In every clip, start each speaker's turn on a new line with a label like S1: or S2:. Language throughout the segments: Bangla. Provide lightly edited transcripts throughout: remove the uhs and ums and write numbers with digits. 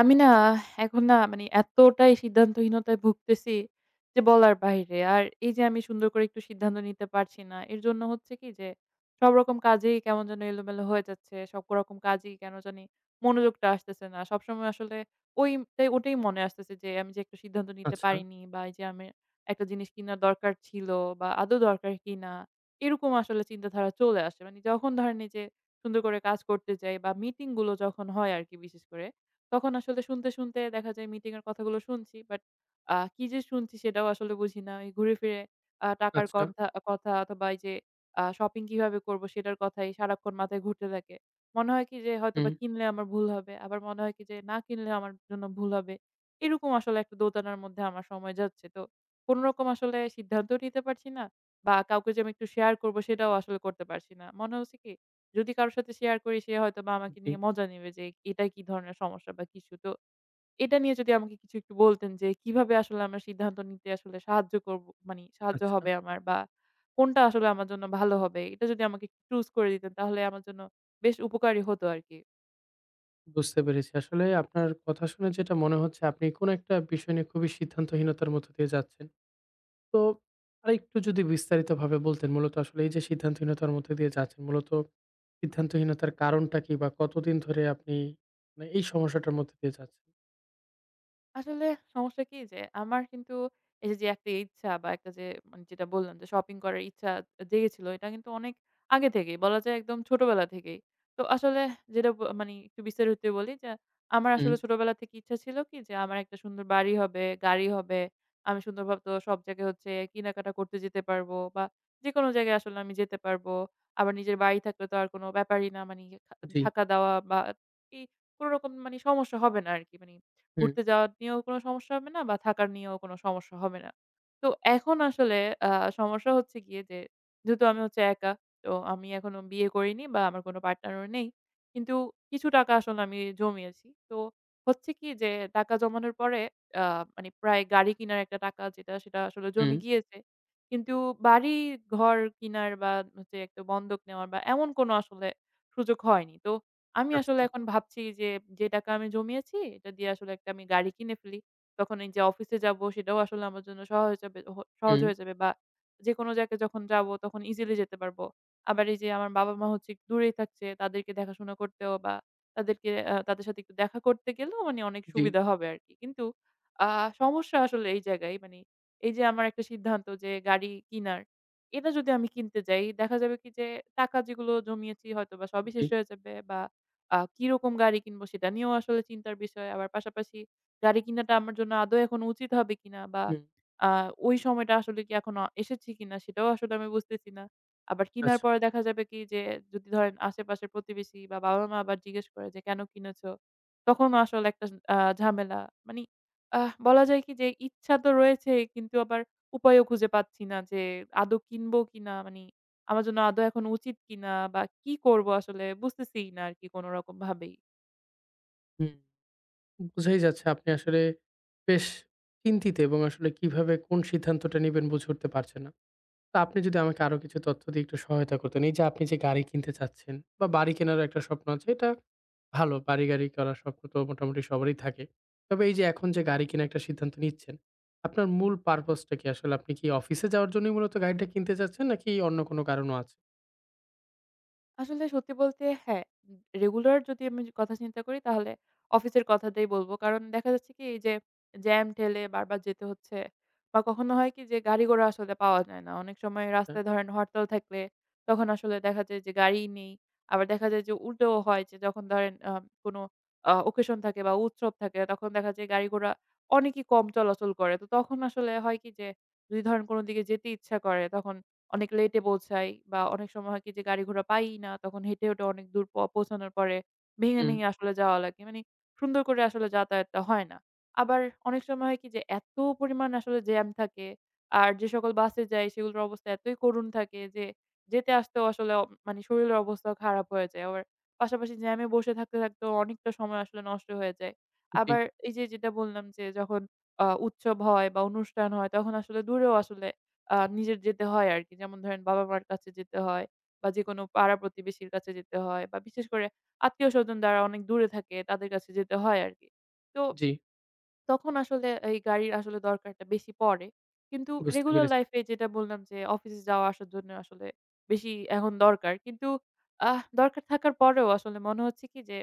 S1: আমি না, এখন না, মানে এতটাই সিদ্ধান্তহীনতায় ভুগতেছি যে বলার বাইরে। আর এই যে আমি সুন্দর করে একটু সিদ্ধান্ত নিতে পারছি না। এর জন্য হচ্ছে কি, যে সব রকম কাজেই কেমন যেন এলোমেলো হয়ে যাচ্ছে। সব রকম কাজেই কেন জানি মনোযোগটা আসতেছে না। সবসময় আসলে ওটাই মনে আসতেছে যে আমি যে একটা সিদ্ধান্ত নিতে
S2: আচ্ছা,
S1: পারিনি, বা এই যে আমি একটা জিনিস কিনার দরকার ছিল, বা আদৌ দরকার কিনা, এরকম আসলে চিন্তাধারা চলে আসে। মানে যখন ধরেন এই যে সুন্দর করে কাজ করতে যাই বা মিটিং গুলো যখন হয় আরকি, বিশেষ করে তখন আসলে শুনতে, শুনতে দেখা যায় মিটিং এর কথাগুলো শুনছি। বাট কি যে শুনছি সেটাও আসলে বুঝি না। এই ঘুরে ফিরে টাকার
S2: আচ্ছা।
S1: কথা, অথবা এই যে শপিং কিভাবে করব সেটার কথাই সারাক্ষণ মাথায় ঘুরতে থাকে। মনে হয় কি যে হয়তোবা
S2: হুম,
S1: কিনলে আমার ভুল হবে। আবার মনে হয় কি যে না কিনলে আমার জন্য ভুল হবে। এরকম আসলে একটা দোটানার মধ্যে আমার সময় যাচ্ছে। তো কোনরকম আসলে সিদ্ধান্তও নিতে পারছি না, বা কাউকে যে আমি একটু শেয়ার করব সেটাও আসলে করতে পারছি না। মনে হচ্ছে কি, যদি কারো সাথে শেয়ার করি সে হয়তোবা আমাকে
S2: জি,
S1: নিয়ে মজা নেবে যে এটা কি ধরনের সমস্যা বা কিছু। তো এটা নিয়ে যদি আমাকে কিছু একটু বলতেন, যে কিভাবে আসলে আমার সিদ্ধান্ত নিতে আসলে সাহায্য করব, মানে সাহায্য
S2: আচ্ছা।
S1: হবে আমার, বা কোনটা আসলে আমার জন্য ভালো হবে, এটা যদি আমাকে choose করে দিতেন তাহলে আমার জন্য বেশ উপকারী হতো আরকি।
S2: বুঝতে পেরেছি। আসলে আপনার কথা শুনে যেটা মনে হচ্ছে আপনি কোন একটা বিষয় নিয়ে খুবই সিদ্ধান্তহীনতার মধ্য দিয়ে যাচ্ছেন। তো আরেকটু যদি বিস্তারিতভাবে বলতেন মূলত আসলে এই যে সিদ্ধান্তহীনতার মধ্যে দিয়ে যাচ্ছেন, মূলত সিদ্ধান্তহীনতার কারণটা কি বা কতদিন ধরে আপনি মানে এই সমস্যাটার মধ্যে দিয়ে যাচ্ছেন?
S1: আসলে সমস্যা কি যে, আমার কিন্তু এই যে যে একটা ইচ্ছা বা একটা যে, মানে যেটা বললাম যে শপিং করার ইচ্ছা জেগেছিল, এটা কিন্তু অনেক আগে থেকেই বলা যায়, একদম ছোটবেলা থেকেই। তো আসলে যেটা মানে একটু বিস্তারিত বলি যে, আমার
S2: হুম,
S1: আসলে ছোটবেলা থেকে ইচ্ছা ছিল কি যে আমার একটা সুন্দর বাড়ি হবে, গাড়ি হবে। আমি সুন্দরভাবে তো সব জায়গায় হচ্ছে কেনাকাটা করতে যেতে পারবো, বা যেকোনো জায়গায় আসলে আমি যেতে পারবো। আবার নিজের বাড়ি থাকলে তো আর কোনো ব্যাপারই না। মানে খা
S2: জি,
S1: থাকা-দাওয়া বা এই কোনরকম মানে সমস্যা হবে না আরকি। মানে
S2: হুম,
S1: ঘুরতে যাওয়া নিয়েও কোনো সমস্যা হবে না, বা থাকার নিয়েও কোনো সমস্যা হবে না। তো এখন আসলে আ সমস্যা হচ্ছে গিয়ে যে, যেহেতু আমি হচ্ছে একা, তো আমি এখনো বিয়ে করিনি, বা আমার কোনো পার্টনারও নেই। কিন্তু কিছু টাকা আসলে আমি জমিয়েছি। তো হচ্ছে কি যে, টাকা জমানোর পরে আ মানে প্রায় গাড়ি কেনার একটা টাকা, যেটা সেটা আসলে জমে
S2: হুম,
S1: গিয়েছে। কিন্তু বাড়ি ঘর কিনার, বা হচ্ছে একটা বন্ধক নেওয়ার, বা এমন কোনো আসলে সুযোগ হয়নি। তো আমি আসলে
S2: আচ্ছা,
S1: এখন ভাবছি যে, যে টাকা আমি জমিয়েছি এটা দিয়ে আসলে একটা আমি গাড়ি কিনে ফেলি। তখন এই যে অফিসে যাবো সেটাও আসলে আমার জন্য সহজ
S2: হুম,
S1: হয়ে যাবে, বা যেকোনো জায়গায় যখন যাবো তখন ইজিলি যেতে পারবো। আবার এই যে আমার বাবা-মা হচ্ছে একটু দূরেই থাকছে, তাদেরকে দেখাশোনা করতেও বা তাদের সাথে একটু দেখা করতে গেলেও মানে অনেক
S2: জি,
S1: সুবিধা হবে আরকি। কিন্তু আ সমস্যা আসলে এই জায়গায়, মানে এই যে আমার একটা সিদ্ধান্ত যে গাড়ি কিনার, এটা যদি আমি কিনতে যাই দেখা যাবে কি যে, টাকা যেগুলো জমিয়েছি হয়তোবা সবই শেষ
S2: জি,
S1: হয়ে যাবে, বা কিরকম গাড়ি কিনবো সেটা নিয়েও আসলে চিন্তার বিষয়। আবার পাশাপাশি গাড়ি কিনাটা আমার জন্য আদৌ এখন উচিত হবে কিনা, বা
S2: হুম,
S1: আ ওই সময়টা আসলে কি এখনো এসেছে কিনা সেটাও আসলে আমি বুঝতেছি না। আবার কিনার
S2: আচ্ছা,
S1: পরে দেখা যাবে কি যে, যদি ধরেন আশেপাশের প্রতিবেশী বা বাবা-মা আবার জিজ্ঞেস করে যে, "কেন কিনেছো?" তখন আসলে একটা ঝামেলা। মানি বলা যায় কি যে ইচ্ছা তো রয়েছে, কিন্তু আবার উপায়ও খুঁজে পাচ্ছি না যে আদৌ কিনবো কিনা? মানি আমার জন্য আদৌ এখন উচিত কিনা, বা কি করব আসলে বুঝতেছিই না আরকি কোনরকম ভাবেই।
S2: হুম। বুঝাই যাচ্ছে আপনি আসলে বেশ চিন্তিত এবং আসলে কিভাবে কোন সিদ্ধান্তটা নিবেন বুঝে উঠতে পারছেন না। তো আপনি যদি আমাকে আরো কিছু তথ্য দিয়ে একটু সহায়তা করতেন। এই যে আপনি যে গাড়ি কিনতে চাচ্ছেন বা বাড়ি কেনার একটা স্বপ্ন আছে এটা ভালো। বাড়ি গাড়ি করার স্বপ্ন তো মোটামুটি সবারই থাকে। তবে এই যে এখন যে গাড়ি কেনার একটা সিদ্ধান্ত নিচ্ছেন, আপনার মূল purpose টা কি আসলে? আপনি কি অফিসে যাওয়ার জন্যই মূলত গাড়িটা কিনতে চাচ্ছেন নাকি অন্য কোনো কারণও আছে?
S1: আসলে সত্যি বলতে হ্যাঁ, রেগুলার যদি আমি কথা চিন্তা করি তাহলে অফিসের কথাটাই বলব। কারণ দেখা যাচ্ছে কি, এই যে জ্যাম ঠেলে বারবার যেতে হচ্ছে, বা কখনো হয় কি যে গাড়ি-ঘোড়া আসলে পাওয়া যায় না। অনেক সময়
S2: হ্যাঁ,
S1: রাস্তায় ধরেন হরতাল থাকলে তখন আসলে দেখা যায় যে গাড়ি নেই। আবার দেখা যায় যে উল্টোও হয়, যে যখন ধরেন কোনো অকেশন থাকে বা উৎসব থাকে তখন দেখা যায় গাড়ি-ঘোড়া অনেকই কম চলাচল করে। তো তখন আসলে হয় কি যে, যদি ধরেন কোনো দিকে যেতে ইচ্ছা করে তখন অনেক লেটে পৌঁছাই, বা অনেক সময় হয় কি যে গাড়ি ঘোড়া পাইই না। তখন হেঁটে, হেঁটে অনেক দূর পৌঁছানোর পরে ভেঙে,
S2: হুম,
S1: ভেঙে আসলে যাওয়া লাগে। মানে সুন্দর করে আসলে যাতায়াতটা হয় না। আবার অনেক সময় হয় কি যে, এত পরিমাণ আসলে জ্যাম থাকে আর যে সকল বাসে যাই সেগুলোর অবস্থা এতই করুণ থাকে যে যেতে আসতেও আসলে মানে শরীরের অবস্থাও খারাপ হয়ে যায়। আবার পাশাপাশি জ্যামে বসে থাকতে, থাকতেও অনেকটা সময় আসলে নষ্ট হয়ে যায়।
S2: জি,
S1: আবার এই যে যেটা বললাম, যে যখন উৎসব হয় বা অনুষ্ঠান হয় তখন আসলে দূরেও আসলে নিজের যেতে হয় আরকি। যেমন ধরেন বাবা-মার কাছে যেতে হয়, বা যেকোনো পাড়া-প্রতিবেশীর কাছে যেতে হয়, বা বিশেষ করে আত্মীয়স্বজন যারা অনেক দূরে থাকে তাদের কাছে যেতে হয় আরকি। তো
S2: জি
S1: তখন আসলে এই গাড়ির আসলে দরকারটা বেশি পড়ে। কিন্তু
S2: বুঝতে
S1: রেগুলার
S2: পেরেছি।
S1: লাইফ এ যেটা বললাম, যে অফিসে যাওয়া আসার জন্য আসলে বেশি এখন দরকার। কিন্তু দরকার থাকার পরেও আসলে মনে হচ্ছে কি যে,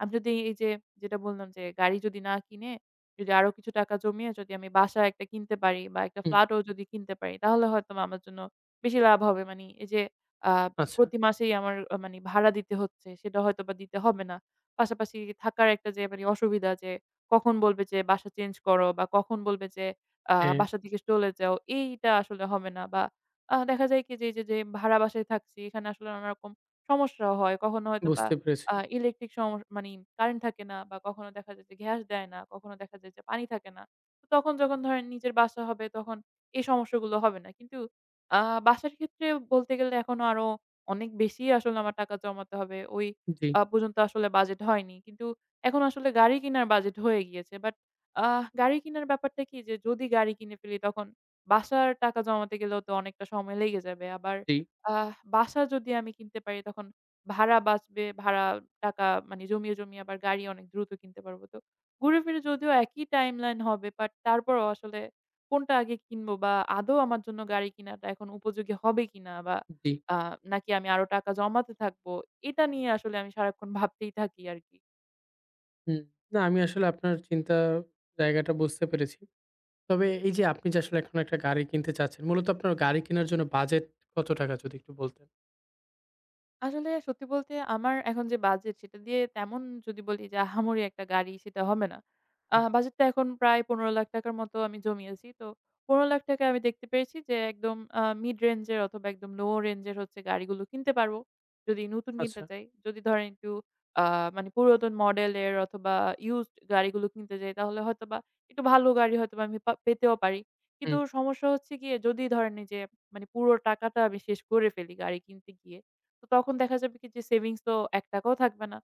S1: আমি যদি এই যে যেটা বললাম যে গাড়ি যদি না কিনে, যদি আরো কিছু টাকা জমিয়ে যদি আমি বাসা একটা কিনতে পারি বা একটা
S2: হুম,
S1: ফ্ল্যাটও যদি কিনতে পারি তাহলে হয়তোবা আমার জন্য বেশি লাভ হবে। মানি এই যে আ
S2: আচ্ছা,
S1: প্রতি মাসেই আমার মানি ভাড়া দিতে হচ্ছে সেটা হয়তোবা দিতে হবে না। পাশাপাশি থাকার একটা যে মানি অসুবিধা, যে কখন বলবে যে বাসা চেঞ্জ করো, বা কখন বলবে যে
S2: হ্যাঁ
S1: বাসা থেকে চলে যাও, এইটা আসলে হবে না। বা দেখা যায় কি যে, এই যে, যে ভাড়া বাসায় থাকছি এখানে আসলে নানা রকম সমস্যা হয়। কখনো হয়তোবা
S2: বুঝতে পেরেছি।
S1: ইলেকট্রিক মানি কারেন্ট থাকে না, বা কখনো দেখা যায় যে গ্যাস দেয় না, কখনো দেখা যায় যে পানি থাকে না। তো তখন যখন ধরেন নিজের বাসা হবে তখন এই সমস্যাগুলো হবে না। কিন্তু আ বাসার ক্ষেত্রে বলতে গেলে এখনো আরো অনেক বেশি আসলে আমার টাকা জমাতে হবে। ওই
S2: জি,
S1: পর্যন্ত আসলে বাজেট হয়নি। কিন্তু এখন আসলে গাড়ি কিনার বাজেট হয়ে গিয়েছে। বাট গাড়ি কিনার ব্যাপারটা কি যে, যদি গাড়ি কিনে ফেলি তখন বাসার টাকা জমাতে গেলেও তো অনেকটা সময় লেগে যাবে। আবার
S2: জি,
S1: আহ বাসা যদি আমি কিনতে পারি তখন ভাড়া বাঁচবে। ভাড়া টাকা মানে জমিয়ে, জমিয়ে আবার গাড়ি অনেক দ্রুত কিনতে পারব। তো ঘুরে ফিরে যদিও একই টাইমলাইন হবে বাট তারপরও আসলে কোনটা আগে কিনবো, বা আদৌ আমার জন্য গাড়ি কিনাটা এখন উপযোগী হবে কিনা, বা
S2: জি।
S1: আ নাকি আমি আরো টাকা জমাতে থাকবো, এটা নিয়ে আসলে আমি সারাক্ষণ ভাবতেই থাকি আরকি।
S2: হুম। না আমি আসলে আপনার চিন্তা জায়গাটা বুঝতে পেরেছি। তবে এই যে আপনি যে আসলে এখন একটা গাড়ি কিনতে চাচ্ছেন, মূলত আপনার গাড়ি কেনার জন্য বাজেট কত টাকা যদি একটু বলতেন?
S1: আসলে সত্যি বলতে আমার এখন যে বাজেট সেটা দিয়ে তেমন, যদি বলি যে আহামরি একটা গাড়ি, সেটা হবে না।
S2: হুম।
S1: বাজেটটা এখন প্রায় ৳১৫,০০,০০০ র মতো আমি জমিয়েছি। তো ৳১৫,০০,০০০ আমি দেখতে পেরেছি যে একদম মিড রেঞ্জ এর অথবা একদম লো রেঞ্জ এর হচ্ছে গাড়িগুলো কিনতে পারবো, যদি নতুন কিনতে
S2: আচ্ছা।
S1: চাই। যদি ধরেন একটু আ মানে পুরাতন মডেলের অথবা ইউজড গাড়িগুলো কিনতে যাই তাহলে হয়তোবা একটু ভালো গাড়ি হয়তোবা আমি পেতেও পারি। কিন্তু
S2: হুম,
S1: সমস্যা হচ্ছে গিয়ে, যদি ধরেন এই যে মানে পুরো টাকাটা আমি শেষ করে ফেলি গাড়ি কিনতে গিয়ে, তো তখন দেখা যাবে কি যে সেভিংস তো ৳১ ও থাকবে না।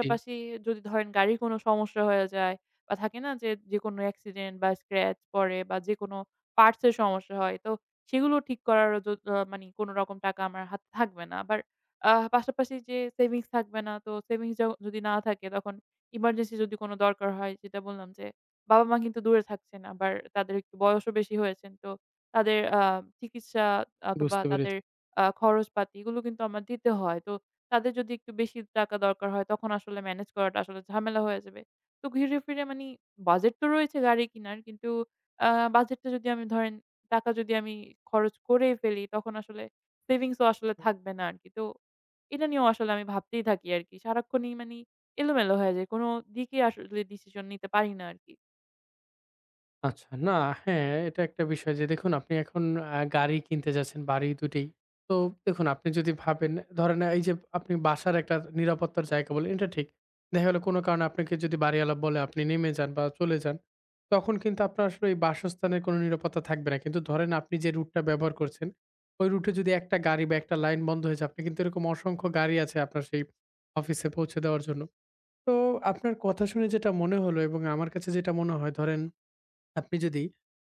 S2: জি,
S1: যদি ধরেন গাড়ির কোনো সমস্যা হয়ে যায়, বা থাকে না যে, যেকোনো অ্যাক্সিডেন্ট বা স্ক্র্যাচ পড়ে, বা যেকোনো পার্টস এর সমস্যা হয়। তো সেগুলো ঠিক করারও য আ মানি কোনো রকম টাকা আমার হাতে থাকবে না। আবার পাশাপাশি যে সেভিংস থাকবে না, তো সেভিংস যদি না থাকে তখন ইমার্জেন্সি যদি কোনো দরকার হয়, যেটা বললাম যে, বাবা-মা কিন্তু দূরে থাকছেন। আবার তাদের একটু বয়সও বেশি হয়েছেন। তো তাদের চিকিৎসা অথবা
S2: বুঝতে
S1: তাদের
S2: পেরেছি। হুম।
S1: খরচপাতি এগুলো কিন্তু আমার দিতে হয়। তো তাদের যদি একটু বেশি টাকা দরকার হয় তখন আসলে ম্যানেজ করাটা আসলে ঝামেলা হয়ে যাবে। তো ঘিরে ফিরে মানি বাজেট তো রয়েছে গাড়ি কিনার, কিন্তু আ বাজেটটা যদি আমি ধরেন, টাকা যদি আমি খরচ করেই ফেলি তখন আসলে সেভিংস ও আসলে থাকবে না আরকি। তো এটা নিয়েও আসলে আমি ভাবতেই থাকি আরকি। সারাক্ষণই মানি এলোমেলো হয়ে যায়। কোন দিকে আসলে ডিসিশন নিতে পারি না আরকি।
S2: আচ্ছা, না হ্যাঁ, এটা একটা বিষয় যে দেখুন আপনি এখন গাড়ি কিনতে যাচ্ছেন, বাড়ি ২ টেই। তো দেখুন আপনি যদি ভাবেন ধরেন এই যে আপনি বাসার একটা নিরাপত্তার জায়গা বললেন এটা ঠিক। দেখা গেল কোনো কারণে আপনাকে যদি বাড়িওয়ালা বলে আপনি নেমে যান বা চলে যান, তখন কিন্তু আপনার আসলে ওই বাসস্থানের কোনো নিরাপত্তা থাকবে না। কিন্তু ধরেন আপনি যে রুটটা ব্যবহার করছেন, ওই রুটে যদি একটা গাড়ি বা একটা লাইন বন্ধ হয়ে যায়, আপনি কিন্তু এরকম অসংখ্য গাড়ি আছে আপনার সেই অফিসে পৌঁছে দেওয়ার জন্য। তো আপনার কথা শুনে যেটা মনে হলো এবং আমার কাছে যেটা মনে হয় ধরেন আপনি যদি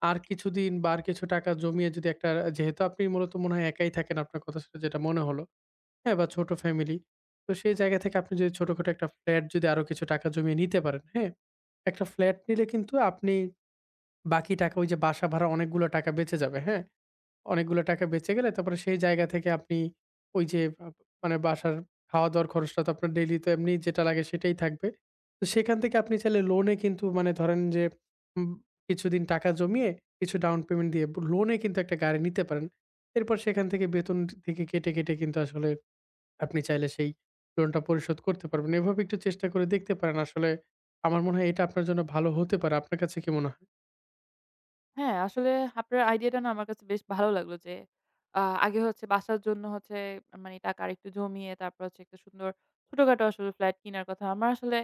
S2: আর কিছুদিন বা আর কিছু টাকা জমিয়ে যদি একটা যেহেতু আপনি মূলত মনে হয় একাই থাকেন আপনার কথা শুনে যেটা মনে হলো। হ্যাঁ, বা ছোট ফ্যামিলি। তো সেই জায়গা থেকে আপনি যদি ছোটখাটো একটা ফ্ল্যাট যদি আরো কিছু টাকা জমিয়ে নিতে পারেন, হ্যাঁ? একটা ফ্ল্যাট নিলে কিন্তু আপনি বাকি টাকা ওই যে বাসা ভাড়া অনেকগুলো টাকা বেঁচে যাবে, হ্যাঁ? অনেকগুলো টাকা বেঁচে গেলে তারপরে সেই জায়গা থেকে আপনি ওই যে আ মানে বাসার খাওয়া-দাওয়ার খরচটা তো আপনার ডেইলি তো এমনি যেটা লাগে সেটাই থাকবে। তো সেখান থেকে আপনি চাইলে লোনে কিন্তু মানে ধরেন যে উম কিছুদিন টাকা জমিয়ে কিছু ডাউন পেমেন্ট দিয়ে লোনে কিন্তু একটা গাড়ি নিতে পারেন। এরপর সেখান থেকে বেতন থেকে কেটে, কেটে কিন্তু আসলে আপনি চাইলে সেই লোনটা পরিশোধ করতে পারবেন। এভাবে একটু চেষ্টা করে দেখতে পারেন। আসলে আমার মনে হয় এটা আপনার জন্য ভালো হতে পারে। আপনার কাছে কি মনে হয়?
S1: হ্যাঁ, আসলে আপনার আইডিয়াটা না আমার কাছে বেশ ভালো লাগলো, যে আ আগে হচ্ছে বাসার জন্য হচ্ছে মানে টাকা আরেকটু জমিয়ে তারপর হচ্ছে একটা সুন্দর ছোটখাটো আসলে ফ্ল্যাট কিনার কথা। আমার আসলে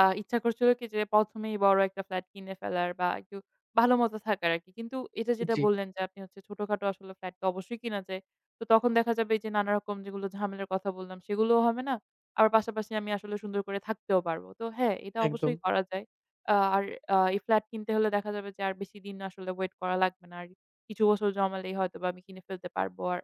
S1: ইচ্ছা করছিল কি যে, ১ম এই বড় একটা ফ্ল্যাট কিনে ফেলার, বা একটু ভালো মতো থাকার আরকি। কিন্তু এটা যেটা
S2: জি।
S1: বললেন যে, আপনি হচ্ছে ছোটখাটো আসলে ফ্ল্যাট তো অবশ্যই কিনা যায়। তো তখন দেখা যাবে যে, নানা রকম যেগুলো ঝামেলার কথা বললাম সেগুলোও হবে না। আবার পাশাপাশি আমি আসলে সুন্দর করে থাকতেও পারবো। তো হ্যাঁ, এটা
S2: একদম।
S1: অবশ্যই করা যায়। আর এই ফ্ল্যাট কিনতে হলে দেখা যাবে যে আর বেশিদিন আসলে ওয়েট করা লাগবে না। আর কিছু বছর জমালেই হয়তোবা আমি কিনে ফেলতে পারবো। আর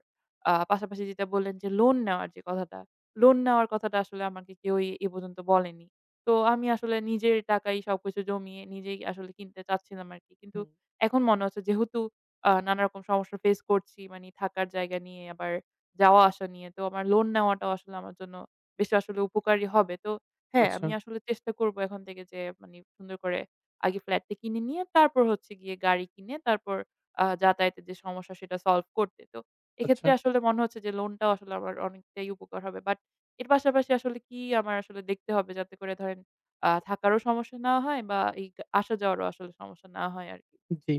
S1: পাশাপাশি যেটা বললেন যে লোন নেওয়ার যে কথাটা, লোন নেওয়ার কথাটা আসলে আমাকে কেউই এ পর্যন্ত বলেনি। তো আমি আসলে নিজের টাকায় সবকিছু জমিয়ে নিজেই আসলে কিনতে চাচ্ছিলাম আরকি। কিন্তু
S2: হুম।
S1: এখন মনে হচ্ছে যেহেতু নানারকম সমস্যা ফেস করছি, মানে থাকার জায়গা নিয়ে, আবার যাওয়া আসা নিয়ে। তো আমার লোন নেওয়াটাও আসলে আমার জন্য বেশ আসলে উপকারী হবে। তো হ্যাঁ,
S2: আচ্ছা,
S1: আমি আসলে চেষ্টা করব এখন থেকে যে মানে সুন্দর করে আগে ফ্ল্যাটটা কিনে নিয়ে, তারপর হচ্ছে গিয়ে গাড়ি কিনে তারপর যাতায়াতের যে সমস্যা সেটা সলভ করতে। তো এক্ষেত্রে
S2: আচ্ছা।
S1: আসলে মনে হচ্ছে যে লোনটাও আসলে আমার অনেকটাই উপকার হবে। বাট এর পাশাপাশি আসলে কি আমার আসলে দেখতে হবে, যাতে করে ধরেন থাকারও সমস্যা না হয়, বা এই আসা যাওয়ারও আসলে সমস্যা না হয় আরকি।
S2: জি।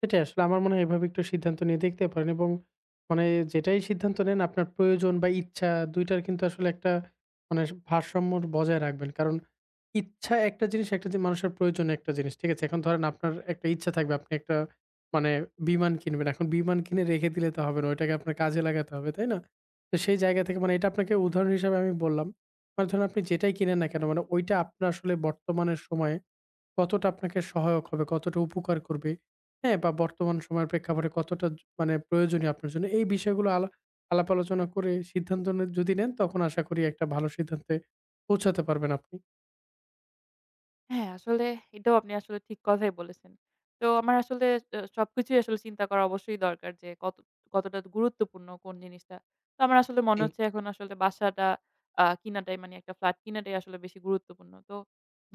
S2: সেটাই আসলে আমার মনে হয় এভাবে একটু সিদ্ধান্ত নিয়ে দেখতে পারেন এবং মানে যেটাই সিদ্ধান্ত নেন আপনার প্রয়োজন বা ইচ্ছা ২ টার কিন্তু আসলে একটা মানে ভারসাম্য বজায় রাখবেন। কারণ ইচ্ছা একটা জিনিস, একটা যে মানুষের প্রয়োজন একটা জিনিস। ঠিক আছে? এখন ধরেন আপনার একটা ইচ্ছা থাকবে আপনি একটা মানে বিমান কিনবেন। এখন বিমান কিনে রেখে দিলে তো হবে না। ওইটাকে আপনার কাজে লাগাতে হবে, তাই না? তো সেই জায়গা থেকে মানে এটা আপনাকে উদাহরণ হিসেবে আমি বললাম। মানে ধরুন আপনি যেটাই কিনেন না কেন মানে ওইটা আপনার আসলে বর্তমানের সময়ে কতটা আপনাকে সহায়ক হবে, কতটা উপকার করবে, হ্যাঁ? বা বর্তমান সময়ের প্রেক্ষাপটে কতটা মানে প্রয়োজনীয় আপনার জন্য। এই বিষয়গুলো আলাপ আলোচনা করে সিদ্ধান্ত যদি নেন তখন আশা করি একটা ভালো সিদ্ধান্তে পৌঁছাতে পারবেন আপনি।
S1: হ্যাঁ, আসলে এটাও আপনি আসলে ঠিক কথাই বলেছেন। তো আমার আসলে সবকিছুই আসলে চিন্তা করা অবশ্যই দরকার, যে কতটা গুরুত্বপূর্ণ কোন জিনিসটা। তো আমার আসলে মনে
S2: জি,
S1: হচ্ছে এখন আসলে বাসাটা কিনাটাই, মানে একটা ফ্ল্যাট কিনাটাই আসলে বেশি গুরুত্বপূর্ণ। তো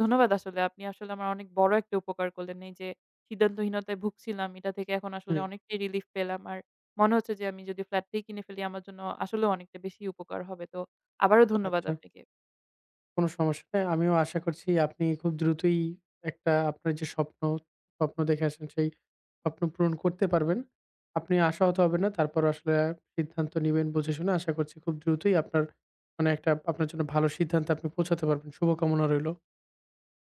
S1: ধন্যবাদ আসলে। আপনি আসলে আমার অনেক বড় একটা উপকার করলেন। এই যে সিদ্ধান্তহীনতায় ভুগছিলাম এটা থেকে এখন আসলে
S2: হুম।
S1: অনেকটাই রিলিফ পেলাম। আর মনে হচ্ছে যে আমি যদি ফ্ল্যাটটাই কিনে ফেলি আমার জন্য আসলেও অনেকটা বেশি উপকার হবে। তো আবারও ধন্যবাদ
S2: আচ্ছা।
S1: আপনাকে।
S2: কোনো সমস্যা নাই। আমিও আশা করছি আপনি খুব দ্রুতই একটা আপনার যে স্বপ্ন দেখে আসেন সেই স্বপ্ন পূরণ করতে পারবেন। আপনি আশাহত হবেন না। তারপরও আসলে সিদ্ধান্ত নিবেন বুঝে শুনে। আশা করছি খুব দ্রুতই আপনার মানে একটা আপনার জন্য ভালো সিদ্ধান্তে আপনি পৌঁছাতে পারবেন। শুভকামনা রইল।